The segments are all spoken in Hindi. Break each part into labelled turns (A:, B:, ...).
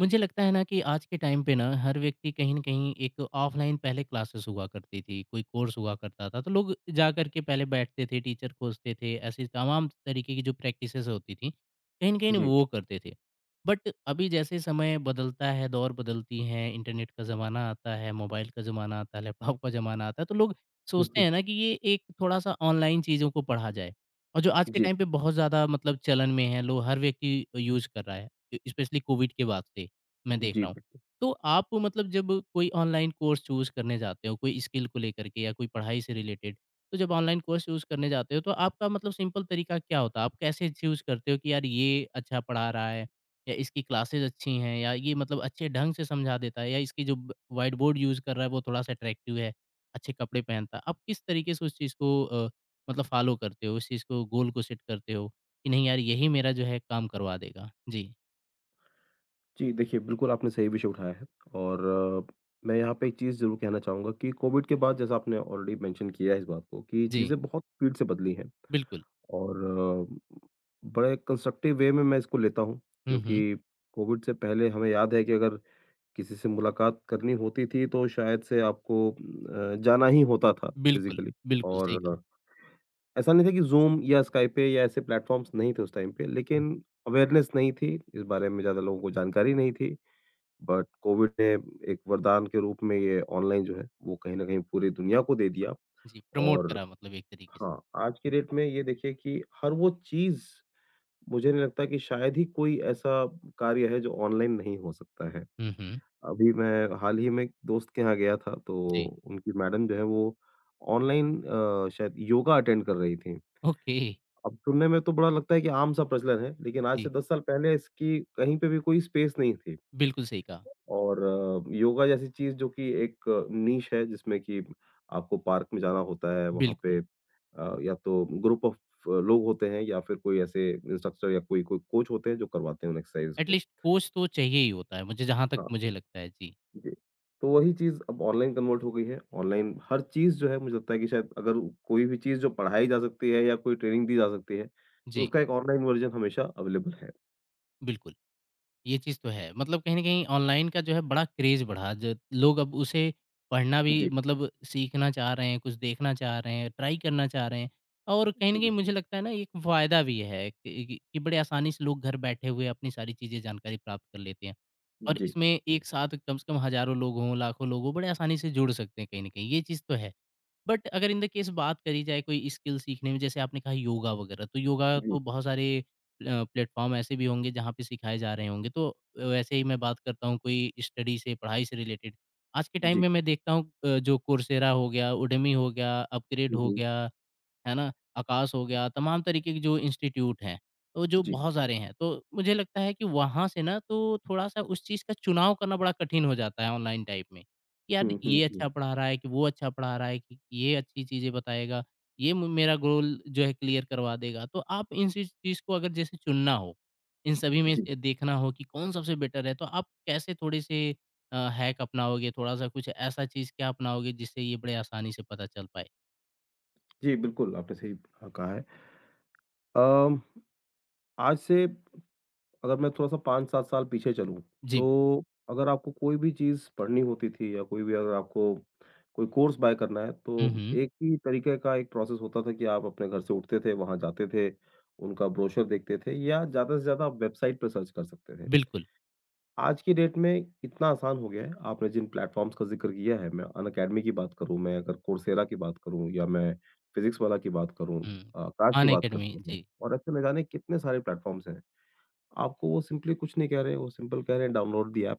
A: मुझे लगता है ना कि आज के टाइम पे ना हर व्यक्ति कहीं न कहीं एक ऑफ़लाइन पहले क्लासेस हुआ करती थी, कोई कोर्स हुआ करता था, तो लोग जा कर के पहले बैठते थे, टीचर खोजते थे, ऐसी तमाम तरीके की जो प्रैक्टिसेज़ होती थीं, कहीं न कहीं
B: जी।
A: वो करते थे। बट अभी जैसे समय बदलता है, दौर बदलती हैं, इंटरनेट का ज़माना आता है, मोबाइल का ज़माना आता है, लैपटॉप का ज़माना आता है, तो लोग
B: हुँ,
A: सोचते
B: हुँ।
A: हैं ना कि ये एक थोड़ा-सा ऑनलाइन चीज़ों को पढ़ा जाए। और जो आज के
B: जी,
A: टाइम पे बहुत ज़्यादा मतलब चलन में है, लोग हर व्यक्ति यूज़ कर रहा है, स्पेशली कोविड के बाद से। मैं देख
B: जी,
A: रहा हूँ।
B: बि
A: तो आप मतलब जब कोई ऑनलाइन कोर्स चूज़ करने जाते हो, कोई स्किल को लेकर के या कोई पढ़ाई से रिलेटेड, तो जब ऑनलाइन कोर्स चूज़ करने जाते हो तो आपका मतलब सिंपल तरीका क्या होता है? आप कैसे चूज़ करते हो कि यार ये अच्छा पढ़ा रहा है या इसकी क्लासेज़ अच्छी हैं या ये मतलब अच्छे ढंग से समझा देता है या इसकी जो ब व्हाइट बोर्ड यूज़ कर रहा है वो थोड़ा-सा अट्रैक्टिव है, अच्छे कपड़े पहनता है। आप किस तरीके से उस चीज़ को मतलब फ़ॉलो करते हो, उस चीज़ को गोल को सेट करते हो कि नहीं यार यही मेरा जो है काम करवा देगा? जी।
B: जी, देखिए बिल्कुल आपने सही विषय उठाया है और अ, मैं यहाँ पे एक चीज़ ज़रूर कहना चाहूँगा कि कोविड के बाद जैसा आपने ऑलरेडी मेंशन किया है इस बात को कि
A: जी,
B: चीज़ें बहुत स्पीड से बदली हैं
A: बिल्कुल।
B: और बड़े कंस्ट्रक्टिव वे में मैं इसको लेता हूँ
A: हुँ, हुँ।
B: क्योंकि कोविड से पहले हमें याद है कि अगर किसी से मुलाकात करनी होती थी तो शायद से आपको जाना ही होता था
A: बिल्कुल,
B: फ़िज़िकली।
A: बिल्कुल, सही कहा।
B: और ऐसा नहीं था कि ज़ूम या स्काइप पे या ऐसे प्लेटफ़ॉर्म्स नहीं थे उस टाइम पे,
A: हुँ,
B: लेकिन अवेयरनेस नहीं थी, इस बारे में ज़्यादा लोगों को जानकारी नहीं थी। बट कोविड ने एक वरदान के रूप में ये ऑनलाइन जो है, वो कहीं न कहीं पूरी दुनिया को दे दिया।
A: जी, प्रमोट
B: और
A: करा मतलब एक तरीके से।
B: हाँ, आज की डेट में ये देखिए कि हर वो चीज़, मुझे नहीं लगता कि शायद ही कोई ऐसा कार्य है जो ऑनलाइन नहीं हो सकता है।
A: हुँ, हुँ,
B: अभी मैं हाल ही में एक दोस्त के यहाँ गया था, तो
A: जी,
B: उनकी मैडम जो है वो ऑनलाइन शायद योगा अटेंड कर रही थीं।
A: ओके,
B: अब सुनने में तो बड़ा लगता है कि आम-सा प्रचलन है, लेकिन आज से
A: जी,
B: 10 साल पहले इसकी कहीं पे भी कोई स्पेस नहीं थी।
A: बिल्कुल सही कहा,
B: और योगा जैसी चीज़ जो कि एक नीश है, जिसमें कि आपको पार्क में जाना होता है, वहाँ पे
A: बिल्कुल।
B: या तो ग्रुप ऑफ लोग होते हैं या फिर कोई ऐसे इंस्ट्रक्टर या कोई कोई कोच होते हैं जो करवाते हैं उन एक्सरसाइज़ को।
A: एटलीस्ट कोच तो चाहिए ही होता है, मुझे जहाँ तक
B: हाँ।
A: मुझे लगता है। जी,
B: जी। तो वही चीज़ अब ऑनलाइन कन्वर्ट हो गई है। ऑनलाइन हर चीज़ जो है मुझे लगता है कि शायद अगर कोई भी चीज़ जो पढ़ाई जा सकती है या कोई ट्रेनिंग दी जा सकती है, तो
A: जी,
B: उसका एक ऑनलाइन वर्ज़न हमेशा अवेलेबल है।
A: बिल्कुल। ये चीज़ तो है। मतलब कहीं न कहीं ऑनलाइन का जो है बड़ा क्रेज़ बढ़ा ज लोग अब उसे पढ़ना भी
B: जी।
A: मतलब सीखना चाह रहे हैं, कुछ देखना चाह रहे हैं, ट्राई करना चाह रहे हैं। और कहीं
B: हुँ,
A: न कहीं
B: हुँ।
A: मुझे लगता है ना एक फ़ायदा भी है कि बड़े आसानी से लोग घर बैठे हुए अपनी सारी चीज़ें जानकारी प्राप्त कर लेते हैं। और
B: जी,
A: इसमें
B: जी,
A: एक साथ कम से कम हज़ारों लोग हों, लाखों लोग हों, बड़े आसानी से जुड़ सकते हैं कहीं न कहीं, ये चीज़ तो है। बट अगर इन द केस बात करी जाए कोई स्किल सीखने में जैसे आपने कहा योगा वगैरह, तो योगा
B: जी,
A: तो बहुत सारे प्लेटफ़ॉर्म ऐसे भी होंगे जहाँ पे सिखाए जा रहे होंगे। तो वैसे ही मैं बात करता हूँ कोई स्टडी से, पढ़ाई से रिलेटेड। आज के टाइम
B: जी।
A: में मैं देखता हूँ जो कोर्सेरा हो गया, उडेमी हो गया, अपग्रेड
B: हुँ,
A: हो
B: हुँ।
A: गया है ना? आकाश हो गया, तमाम तरीके के जो इंस्टीट्यूट हैं, तो जो
B: जी।
A: बहुत सारे हैं। तो मुझे लगता है कि वहाँ से ना तो थोड़ा-सा उस चीज़ का चुनाव करना बड़ा कठिन हो जाता है ऑनलाइन टाइप में, कि यार
B: हुँ, हुँ,
A: ये
B: हुँ।
A: अच्छा पढ़ा रहा है कि वो अच्छा पढ़ा रहा है कि ये अच्छी चीज़ें बताएगा, ये म मेरा गोल जो है क्लियर करवा देगा। तो आप इन सी चीज़ को अगर जैसे चुनना हो, इन सभी में
B: जी,
A: से देखना हो कि कौन सबसे बेटर है, तो आप कैसे थोड़े-से हैक अपनाओगे? थोड़ा-सा कुछ ऐसा चीज़ क्या अपनाओगे जिससे ये बड़े आसानी से पता चल पाए?
B: जी बिल्कुल आपने सही कहा है। अम, आज से अगर मैं थोड़ा-सा 5-7 साल पीछे चलूँ,
A: जी।
B: तो अगर आपको कोई भी चीज़ पढ़नी होती थी या कोई भी अगर आपको कोई कोर्स बाय करना है,
A: हुँ,
B: तो
A: हुँ।
B: एक ही तरीके का एक प्रोसेस होता था कि आप अपने घर से उठते थे, वहाँ जाते थे, उनका ब्रोशर देखते थे या ज़्यादा से ज़्यादा आप वेबसाइट पे सर्च कर सकते थे।
A: बिल्कुल।
B: आज की डेट में इतना आसान हो गया है, आपने जिन प्लेटफ़ॉर्म्स का ज़िक्र किया है, मैं अनअकैडमी की बात करूँ, मैं अगर कोर्सेरा की बात करूँ या मैं फिज़िक्स वाला की बात करूँ,
A: हुँ।
B: आकाश की
A: खान
B: बात
A: अकेडमी,
B: करते हैं
A: जी।
B: और ऐसे न जाने कितने सारे प्लेटफ़ॉर्म्स हैं। आपको वो सिंपली कुछ नहीं कह रहे हैं, वो सिंपल कह रहे हैं डाउनलोड द ऐप।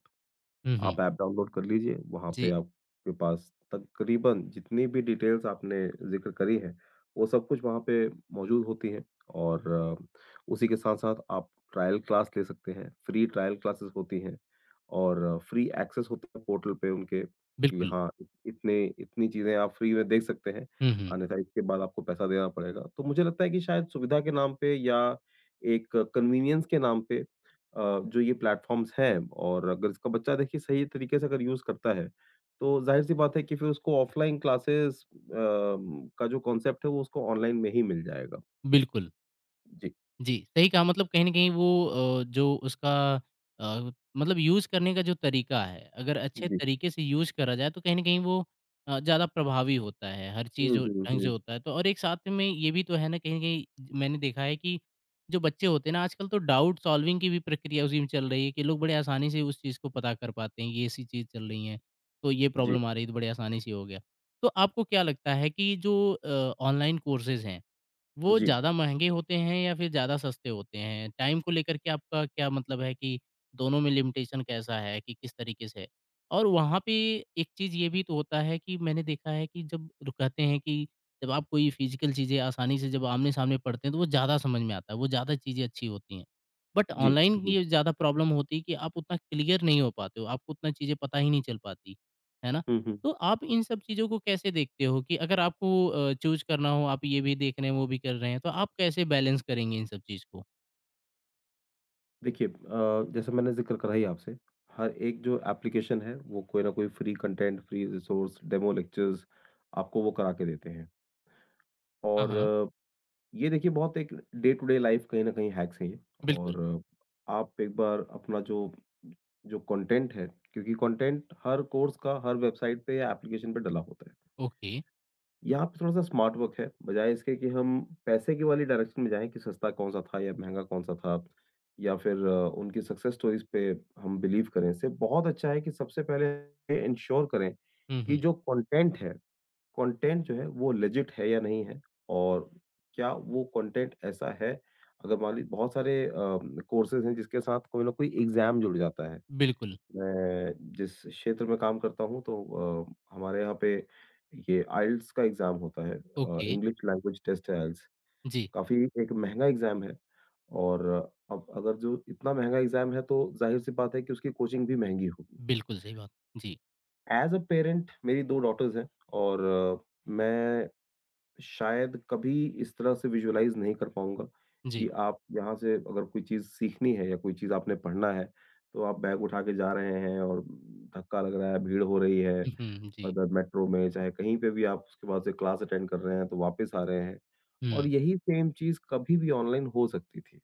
A: हुँ, हुँ।
B: आप ऐप डाउनलोड कर लीजिए, वहाँ पे
A: जी,
B: आपके पास तकरीबन जितनी भी डिटेल्स आपने ज़िक्र करी है, वो सब कुछ वहाँ पे मौजूद होती हैं और उसी के साथ-साथ आप ट्रायल क्लास ले सकते हैं, फ्री ट्रायल क्लासेस होती हैं और फ्री एक्सेस होता है पोर्टल पे उनके कि
A: बिल्कुल।
B: हाँ, इतने इतनी चीज़ें आप फ्री में देख सकते हैं,
A: हुँ,
B: अन्यथा इसके बाद आपको पैसा देना पड़ेगा। तो मुझे लगता है कि शायद सुविधा के नाम पे या एक कन्वीनियंस के नाम पे अ, जो ये प्लेटफ़ॉर्म्स हैं, और अगर इसका बच्चा देखिए सही तरीके से अगर यूज़ करता है, तो ज़ाहिर-सी बात है कि फिर उसको ऑफ़लाइन क्लासेस का जो कॉन्सेप्ट है वो उसको ऑनलाइन में ही मिल जाएगा।
A: हुँ।
B: जी,
A: जी, सही कहा मतलब कहीं न कहीं वो जो उसका अ, मतलब यूज़ करने का जो तरीका है, अगर अच्छे
B: जी।
A: तरीके से यूज़ करा जाए तो कहीं न कहीं वो ज़्यादा प्रभावी होता है, हर चीज़
B: हुँ,
A: जो
B: हुँ,
A: ढंग से
B: हुँ।
A: होता है तो और एक साथ में ये भी तो है ना कहीं न कहीं मैंने देखा है कि जो बच्चे होते हैं ना आजकल तो डाउट सॉल्विंग की भी प्रक्रिया उसी में चल रही है कि लोग बड़े आसानी से उस चीज़ को पता कर पाते हैं, ये ऐसी चीज़ चल रही है, तो ये
B: जी,
A: प्रॉब्लम आ रही है तो बड़े आसानी से हो गया। तो आपको क्या लगता है कि जो ऑनलाइन कोर्सेज़ हैं वो
B: जी,
A: ज़्यादा महँगे होते हैं या फिर ज़्यादा सस्ते होते हैं? टाइम को लेकर के आपका क्या मतलब है कि दोनों में लिमिटेशन कैसा है कि किस तरीके से है? और वहाँ पे एक चीज़ ये भी तो होता है कि मैंने देखा है कि जब र कहते हैं कि जब आप कोई फ़िज़िकल चीज़ें आसानी से जब आमने-सामने पढ़ते हैं तो वो ज़्यादा समझ में आता है, वो ज़्यादा चीज़ें अच्छी होती हैं। बट
B: जी,
A: ऑनलाइन की
B: जी।
A: ये ज़्यादा प्रॉब्लम होती है कि आप उतना क्लियर नहीं हो पाते हो, आपको उतना चीज़ें पता ही नहीं चल पाती, है ना?
B: हुँ, हुँ।
A: तो आप इन सब चीज़ों को कैसे देखते हो कि अगर आपको चूज़ करना हो, आप ये भी देख रहे हैं, वो भी कर रहे हैं, तो आप कैसे बैलेंस करेंगे इन सब चीज़ को?
B: देखिए जैसे मैंने ज़िक्र करा ही आपसे, हर एक जो एप्लीकेशन है वो कोई ना कोई free content, free resource, demo lectures आपको वो करा के देते हैं
A: हाँ,
B: और
A: हाँ।
B: ये देखिए बहुत एक डे टू डे लाइफ कहीं न कहीं हैक्स है ये
A: बिल्कुल,
B: और आप एक बार अपना जो जो कंटेंट है, क्योंकि कंटेंट हर कोर्स का हर वेबसाइट पे या एप्लीकेशन पे डला होता है।
A: ओके।
B: यहाँ पे थोड़ा-सा स्मार्ट वर्क है, बजाय इसके कि हम पैसे की वाली डायरेक्शन में जाएँ कि सस्ता कौन-सा था या महँगा कौन-सा था या फिर उनकी सक्सेस स्टोरीज़ पे हम बिलीव करें। इससे बहुत अच्छा है कि सबसे पहले ये इंश्योर करें
A: हुँ,
B: कि
A: हुँ।
B: जो कंटेंट है, कंटेंट जो है वो लेजिट है या नहीं है और क्या वो कंटेंट ऐसा है। अगर मान लीजिए बहुत सारे कोर्सेज हैं जिसके साथ कोई ना कोई एग्जाम जुड़ जाता है,
A: बिल्कुल,
B: मैं जिस क्षेत्र में काम करता हूँ तो हमारे यहाँ पे ये आइल्स का एग्जाम होता है।
A: ओके।
B: इंग्लिश लैंग्वेज टेस्ट है आइल्स,
A: जी,
B: काफी एक महंगा एग्जाम है। और अब अगर जो इतना महंगा एग्जाम है तो जाहिर सी बात है कि उसकी कोचिंग भी महंगी होगी।
A: बिल्कुल सही बात। जी,
B: एज अ पेरेंट मेरी दो डॉटर्स हैं और मैं शायद कभी इस तरह से विजुअलाइज़ नहीं कर पाऊँगा कि
A: जी।
B: आप यहाँ से, अगर कोई चीज़ सीखनी है या कोई चीज़ आपने पढ़ना है, तो आप बैग उठा के जा रहे हैं और धक्का लग रहा है, भीड़ हो रही है,
A: हुँ, हुँ, जी।
B: अगर मेट्रो में चाहे कहीं पे भी आप उसके बाद से क्लास अटेंड कर रहे हैं तो वापस आ रहे हैं। और
A: हुँ,
B: यही सेम चीज़ कभी भी ऑनलाइन हो सकती थी।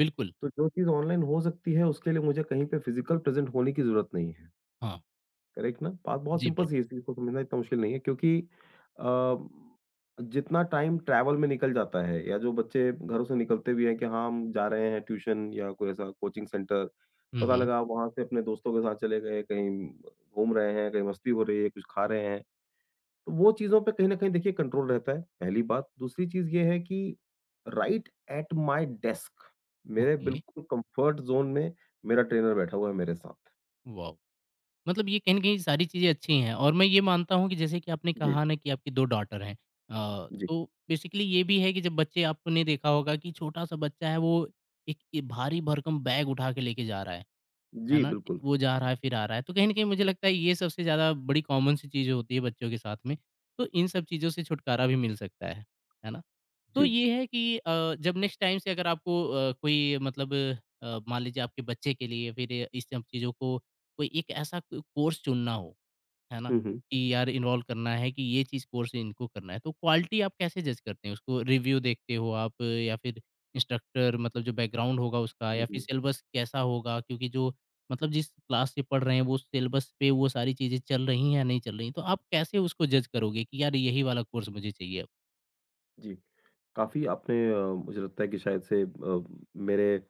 A: बिल्कुल,
B: तो जो चीज़ ऑनलाइन हो सकती है उसके लिए मुझे कहीं पे फ़िज़िकल प्रेज़ेंट होने की ज़रूरत नहीं है।
A: हाँ।
B: करेक्ट ना? बात बहुत
A: जी,
B: सिंपल सी है,
A: बिल्कुल।
B: इस चीज़ को समझना इतना मुश्किल नहीं है क्योंकि अ, जितना टाइम ट्रैवल में निकल जाता है, या जो बच्चे घरों से निकलते भी हैं कि हाँ, हम जा रहे हैं ट्यूशन या कोई ऐसा कोचिंग सेंटर,
A: हुँ,
B: पता
A: हुँ।
B: लगा वहाँ से अपने दोस्तों के साथ चले गए, कहीं घूम रहे हैं, कहीं मस्ती हो रही है, कुछ खा रहे हैं। तो वो चीज़ों पे कहीं न कहीं देखिए कंट्रोल रहता है, पहली बात। दूसरी चीज़ ये है कि राइट एट माय डेस्क, मेरे
A: ओके,
B: बिल्कुल कम्फर्ट ज़ोन में मेरा ट्रेनर बैठा हुआ है मेरे साथ।
A: वाओ! मतलब ये कहीं न कहीं सारी चीज़ें अच्छी हैं और मैं ये मानता हूँ कि जैसे कि आपने
B: जी,
A: कहा ना कि आपकी 2 डॉटर हैं
B: जी।
A: तो बेसिकली ये भी है कि जब बच्चे आपने देखा होगा कि छोटा-सा बच्चा है वो एक ए भारी-भरकम बैग उठा के लेके जा रहा है
B: जी,
A: ना?
B: बिल्कुल।
A: वो जा रहा है फिर आ रहा है, तो कहीं न कहीं मुझे लगता है ये सबसे ज़्यादा बड़ी कॉमन सी चीज़ें होती है बच्चों के साथ में, तो इन सब चीज़ों से छुटकारा भी मिल सकता है ना? तो
B: जी।
A: ये है कि जब नेक्स्ट टाइम से अगर आपको कोई मतलब मान लीजिए आपके बच्चे के लिए फिर इस सब चीज़ों को कोई एक ऐसा को कोर्स चुनना हो, है ना?
B: हुँ, हुँ।
A: कि यार इन्वॉल्व करना है कि ये चीज़ कोर्स इनको करना है, तो क्वालिटी आप कैसे जज करते हैं उसको? रिव्यू देखते हो आप या फिर इंस्ट्रक्टर मतलब जो बैकग्राउंड होगा उसका
B: हुँ,
A: या फिर
B: हुँ।
A: सिलेबस कैसा होगा? क्योंकि जो मतलब जिस क्लास से पढ़ रहे हैं वो सिलेबस पे वो सारी चीज़ें चल रही हैं या नहीं चल रही हैं? तो आप कैसे उसको जज करोगे कि यार यही वाला कोर्स मुझे चाहिए अब?
B: जी। काफ़ी आपने मुझे लगता है कि शायद से मेरे,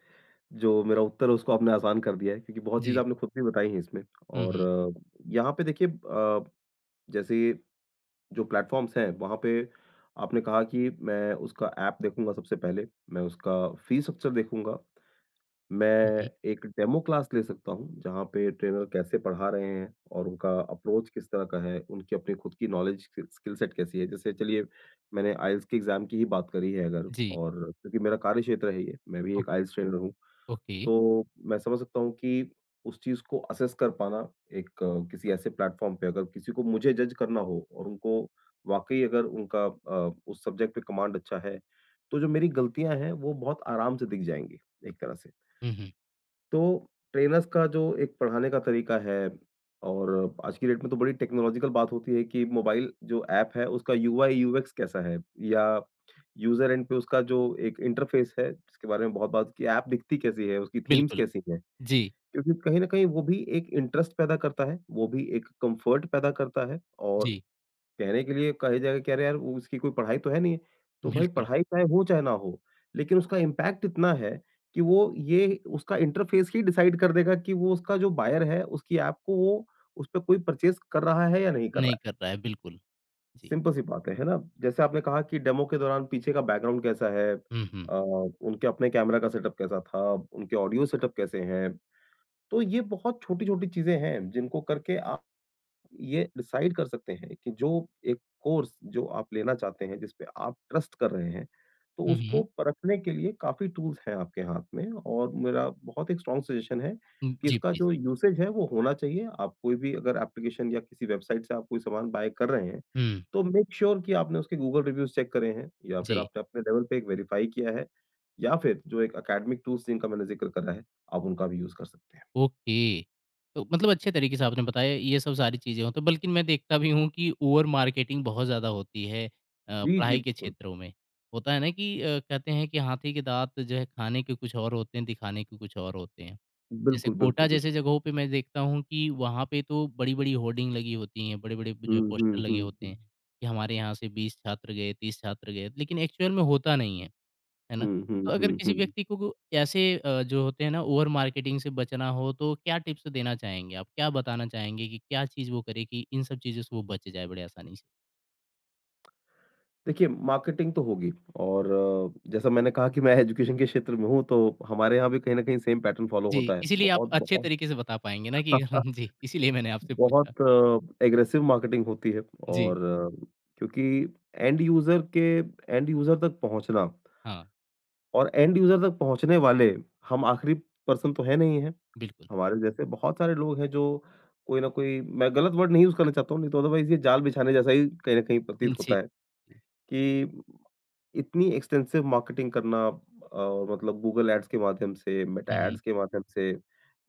B: जो मेरा उत्तर है उसको आपने आसान कर दिया है क्योंकि बहुत चीज़ें
A: जी।
B: आपने खुद भी बताई हैं इसमें
A: हुँ,
B: और
A: हुँ।
B: यहाँ पे देखिए जैसे जो प्लेटफ़ॉर्म्स हैं वहाँ पे आपने कहा कि मैं उसका ऐप देखूँगा सबसे पहले, मैं उसका फ़ी स्ट्रक्चर देखूँगा,
A: हुँ, हुँ।
B: मैं एक डेमो क्लास ले सकता हूँ, जहाँ पे ट्रेनर कैसे पढ़ा रहे हैं और उनका अप्रोच किस तरह का है, उनकी अपनी खुद की नॉलेज स्किल स्किल सेट कैसी है। जैसे चलिए मैंने आइल्स के एग्ज़ाम की ही बात करी है, अगर
A: जी,
B: और क्योंकि मेरा कार्यक्षेत्र है ये, मैं भी
A: ओ
B: एक आइल्स ट्रेनर हूँ।
A: ओके।
B: तो मैं समझ सकता हूँ कि उस चीज़ को असेस कर पाना एक किसी ऐसे प्लेटफ़ॉर्म पे अगर किसी को मुझे जज करना हो और उनको वाक़ई अगर उनका उस सब्जेक्ट पे कमांड अच्छा है, तो जो मेरी गलतियाँ हैं, वो बहुत आराम से दिख जाएँगी, एक तरह से।
A: हुँ, हुँ।
B: तो ट्रेनर्स का जो एक पढ़ाने का तरीका है, और आज की डेट में तो बड़ी टेक्नोलॉजिकल बात होती है कि मोबाइल जो ऐप है उसका यूआई यूएक्स कैसा है, या यूजर एंड पे उसका जो एक इंटरफेस है जिसके बारे में बहुत बात की, ऐप दिखती कैसी है, उसकी थीम्स
A: बिल्कुल।
B: कैसी हैं,
A: जी,
B: क्योंकि कहीं ना कहीं वो भी एक इंटरेस्ट पैदा करता है, वो भी एक कंफर्ट पैदा करता है। और
A: जी,
B: कहने के लिए कही जाएगा कि अरे यार वो उसकी कोई पढ़ाई तो है नहीं है। तो भाई
A: बिल्कुल।
B: पढ़ाई चाहे हो चाहे ना हो, लेकिन उसका इम्पैक्ट इतना है कि वो, ये उसका इंटरफ़ेस ही डिसाइड कर देगा कि वो उसका जो बायर है, उसकी ऐप को वो उस पे कोई परचेज़ कर रहा है या नहीं कर रहा
A: नहीं
B: है।
A: कर रहा है, बिल्कुल। जी।
B: सिंपल सी बात है ना? जैसे आपने कहा कि डेमो के दौरान पीछे का बैकग्राउंड कैसा है,
A: हुँ, हुँ।
B: उनके अपने कैमरा का सेटअप कैसा था, उनके ऑडियो सेटअप कैसे हैं। तो ये बहुत छोटी-छोटी चीज़ें हैं जिनको करके आप ये डिसाइड कर सकते हैं कि जो एक कोर्स जो आप लेना चाहते हैं, जिस पे आप ट्रस्ट कर रहे हैं, तो
A: हुँ,
B: उसको
A: हुँ।
B: परखने के लिए काफ़ी टूल्स हैं आपके हाथ में, और मेरा बहुत एक स्ट्रॉन्ग सजेशन है
A: हुँ,
B: कि
A: जी,
B: इसका
A: प्लीज़।
B: जो यूसेज है वो होना चाहिए। आप कोई भी अगर एप्लीकेशन या किसी वेबसाइट से आप कोई सामान बाय कर रहे हैं,
A: हुँ।
B: तो मेक श्योर sure कि आपने उसके गूगल रिव्यूज़ चेक करे हैं या फिर
A: जी,
B: आपने अपने लेवल पे एक वेरिफाई किया है, या फिर जो एक एकेडमिक टूल्स जिनका मैंने ज़िक्र करा है, आप उनका भी यूज़ कर सकते हैं।
A: ओके। तो मतलब अच्छे तरीके से आपने बताया ये सब सारी चीज़ें हो तो बल्कि मैं देखता भी हूँ कि ओवर मार्केटिंग बहुत ज़्यादा होती है
B: जी, जी,
A: पढ़ाई के
B: बिल्कुल।
A: क्षेत्रों में। होता है ना कि कहते हैं कि हाथी के दाँत जो है खाने के कुछ और होते हैं, दिखाने के कुछ और होते हैं। जैसे
B: बिल्कुल,
A: कोटा
B: बिल्कुल।
A: जैसे जगहों पे मैं देखता हूँ कि वहाँ पे तो बड़ी-बड़ी होर्डिंग लगी होती हैं, बड़े-बड़े जो है
B: हुँ,
A: पोस्टर
B: हुँ,
A: लगे
B: हुँ,
A: होते
B: हुँ।
A: हैं कि हमारे यहाँ से 20 छात्र गए, 30 छात्र गए, लेकिन एक्चुअल में होता नहीं है, है ना?
B: हुँ, हुँ,
A: तो अगर
B: हुँ,
A: किसी
B: हुँ।
A: व्यक्ति को ऐसे जो होते हैं ना ओवर मार्केटिंग से बचना हो तो क्या टिप्स देना चाहेंगे आप? क्या बताना चाहेंगे कि क्या चीज़ वो करे कि इन सब चीज़ों से वो बच जाए बड़े आसानी से?
B: देखिए मार्केटिंग तो होगी और जैसा मैंने कहा कि मैं एजुकेशन के क्षेत्र में हूँ, तो हमारे यहाँ भी कहीं न कहीं सेम पैटर्न फ़ॉलो
A: जी,
B: होता है।
A: इसीलिए आप
B: बहुत,
A: अच्छे
B: बहुत
A: तरीके से बता पाएँगे ना कि जी, इसीलिए मैंने आपसे पूछा।
B: बहुत एग्रेसिव मार्केटिंग होती है
A: जी,
B: और क्योंकि एंड यूज़र के एंड यूज़र तक पहुँचना,
A: हाँ,
B: और एंड यूज़र तक पहुँचने वाले, हम आखिरी पर्सन तो है नहीं हैं।
A: बिल्कुल।
B: हमारे जैसे बहुत सारे लोग हैं जो कोई ना कोई, मैं गलत वर्ड नहीं यूज़ करना चाहता हूँ, नहीं तो अदरवाइज़ ये जाल बिछाने जैसा ही कहीं न कहीं प्रतीत
A: जी,
B: होता है।
A: जी।
B: कि इतनी एक्सटेंसिव मार्केटिंग करना और मतलब गूगल एड्स के माध्यम से, मेटा
A: हुँ, हुँ।
B: एड्स के माध्यम से,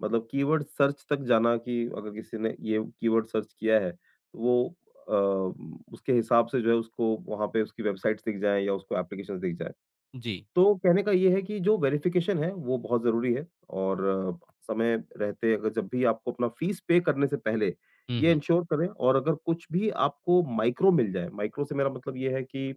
B: मतलब कीवर्ड सर्च तक जाना कि अगर किसी ने ये कीवर्ड सर्च किया है, तो वो अ, उसके हिसाब से जो है उसको वहाँ पे उसकी वेबसाइट्स दिख जाएँ या उसको एप्लीकेशंस दिख जाएँ।
A: जी।
B: तो कहने का ये है कि जो वेरिफ़िकेशन है वो बहुत ज़रूरी है और समय रहते अगर, जब भी आपको अपना फीस पे करने से पहले
A: हुँ,
B: ये
A: हुँ।
B: इंश्योर करें, और अगर कुछ भी आपको माइक्रो मिल जाए, माइक्रो से मेरा मतलब ये है कि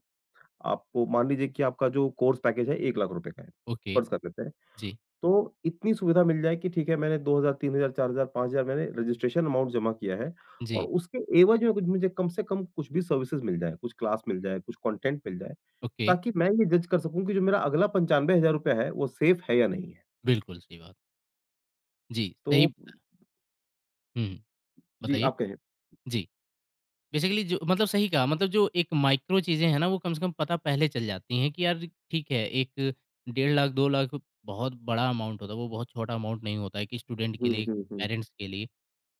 B: आपको मान लीजिए कि आपका जो कोर्स पैकेज है 1,00,000 का है,
A: ओके।
B: फर्ज़ कर लेते हैं।
A: जी,
B: तो इतनी सुविधा मिल जाए कि ठीक है, मैंने 2,000, 3,000, 4,000, 5,000 मैंने रजिस्ट्रेशन अमाउंट जमा किया है और
A: जी।
B: उसके एवज में कुछ मुझे कम से कम कुछ भी सर्विसेज़ मिल जाए, कुछ क्लास मिल जाए, कुछ कंटेंट मिल जाए,
A: ओके,
B: ताकि मैं ये जज कर सकूँ कि जो मेरा अगला 95,000 रुपया है वो सेफ है या नहीं है।
A: बिल्कुल सही बात। जी,
B: तो
A: सही हुँ,
B: जी,
A: बताइए?
B: आप कहें।
A: जी। बेसिकली जो मतलब सही कहा मतलब जो एक माइक्रो चीज़ें हैं ना वो कम से कम पता पहले चल जाती हैं कि यार ठीक है एक डेढ़ लाख 2 लाख बहुत बड़ा अमाउंट होता है, वो बहुत छोटा अमाउंट नहीं होता है कि स्टूडेंट के
B: हुँ,
A: लिए,
B: हुँ, हुँ।
A: पेरेंट्स के लिए।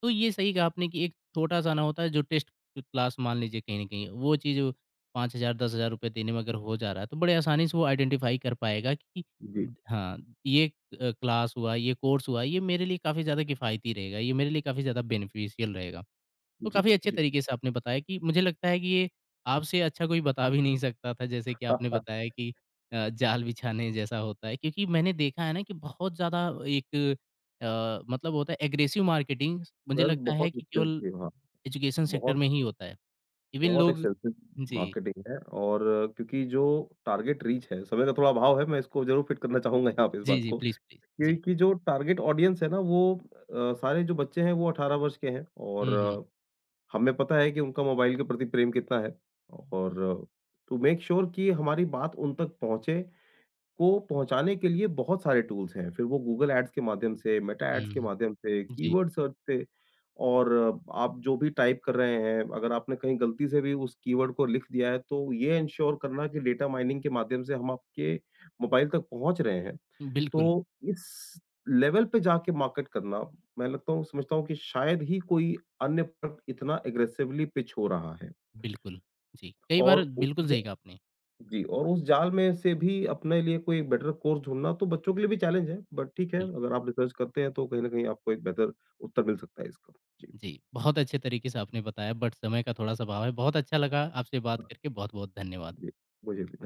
A: तो ये सही कहा आपने कि एक छोटा-सा ना होता है जो टेस्ट क्लास मान लीजिए कहीं न कहीं वो चीज़ 5,000 10,000 रुपए देने में अगर हो जा रहा है तो बड़े आसानी से वो आइडेंटिफ़ाई कर पाएगा कि
B: जी,
A: हाँ, ये क्लास हुआ, ये कोर्स हुआ, ये मेरे लिए काफ़ी ज़्यादा किफ़ायती रहेगा, ये मेरे लिए काफ़ी ज़्यादा बेनिफिशियल रहेगा। तो
B: जी,
A: काफ़ी अच्छे
B: जी।
A: तरीके से आपने बताया कि मुझे लगता है कि ये आपसे अच्छा कोई बता भी नहीं सकता था जैसे कि आपने बताया कि जाल बिछाने जैसा होता है क्योंकि मैंने देखा है ना कि बहुत ज़्यादा एक मतलब होता है एग्रेसिव मार्केटिंग मुझे
B: सर
A: लगता है
B: बहुत
A: कि
B: मुश्किल
A: केवल
B: थी, हाँ।
A: एजुकेशन सेक्टर
B: बहुत
A: में ही होता है। इवन
B: बहुत
A: लोग
B: एक्सपेंसिव
A: जी,
B: मार्केटिंग है, और क्योंकि जो टारगेट रीच है, समय का थोड़ा अभाव है, मैं इसको ज़रूर फिट करना चाहूँगा यहाँ पे इस
A: जी,
B: बात
A: जी,
B: को।
A: Please, please. जी।
B: क्योंकि जो टारगेट ऑडियंस है ना, वो सारे जो बच्चे हैं वो 18 वर्ष के हैं और
A: हुँ, हुँ,
B: हमें पता है कि उनका मोबाइल के प्रति प्रेम कितना है। और टू मेक श्योर कि हमारी बात उन तक पहुँचे, को पहुँचाने के लिए बहुत सारे टूल्स हैं। फिर वो गूगल ऐड्स के माध्यम से, मेटा ऐड्स के
A: हुँ,
B: माध्यम से,
A: जी,
B: कीवर्ड सर्च से, और आप जो भी टाइप कर रहे हैं, अगर आपने कहीं गलती से भी उस कीवर्ड को लिख दिया है, तो ये एन्श्योर करना कि डेटा माइनिंग के माध्यम से हम आपके मोबाइल तक पहुँच रहे हैं।
A: बिल्कुल,
B: तो इस लेवल पे जाके मार्केट करना, मैं लगता हूँ समझता हूँ कि शायद ही कोई अन्य प्रोडक्ट इतना एग्रेसिवली पिच हो रहा है।
A: बिल्कुल। जी, कई
B: और
A: बार
B: उस,
A: बिल्कुल सही कहा आपने।
B: जी, और उस जाल में से भी अपने लिए कोई बेटर कोर्स ढूँढना तो बच्चों के लिए भी चैलेंज है, बट ठीक है,
A: बिल्कुल।
B: अगर आप रिसर्च करते हैं तो कहीं न कहीं आपको एक बेहतर उत्तर मिल सकता है इसका। जी,
A: जी, बहुत अच्छे तरीके से आपने बताया बट समय का थोड़ा-सा अभाव है। बहुत अच्छा लगा आपसे बात करके, बहुत-बहुत धन्यवाद।
B: जी, मुझे भी धन्य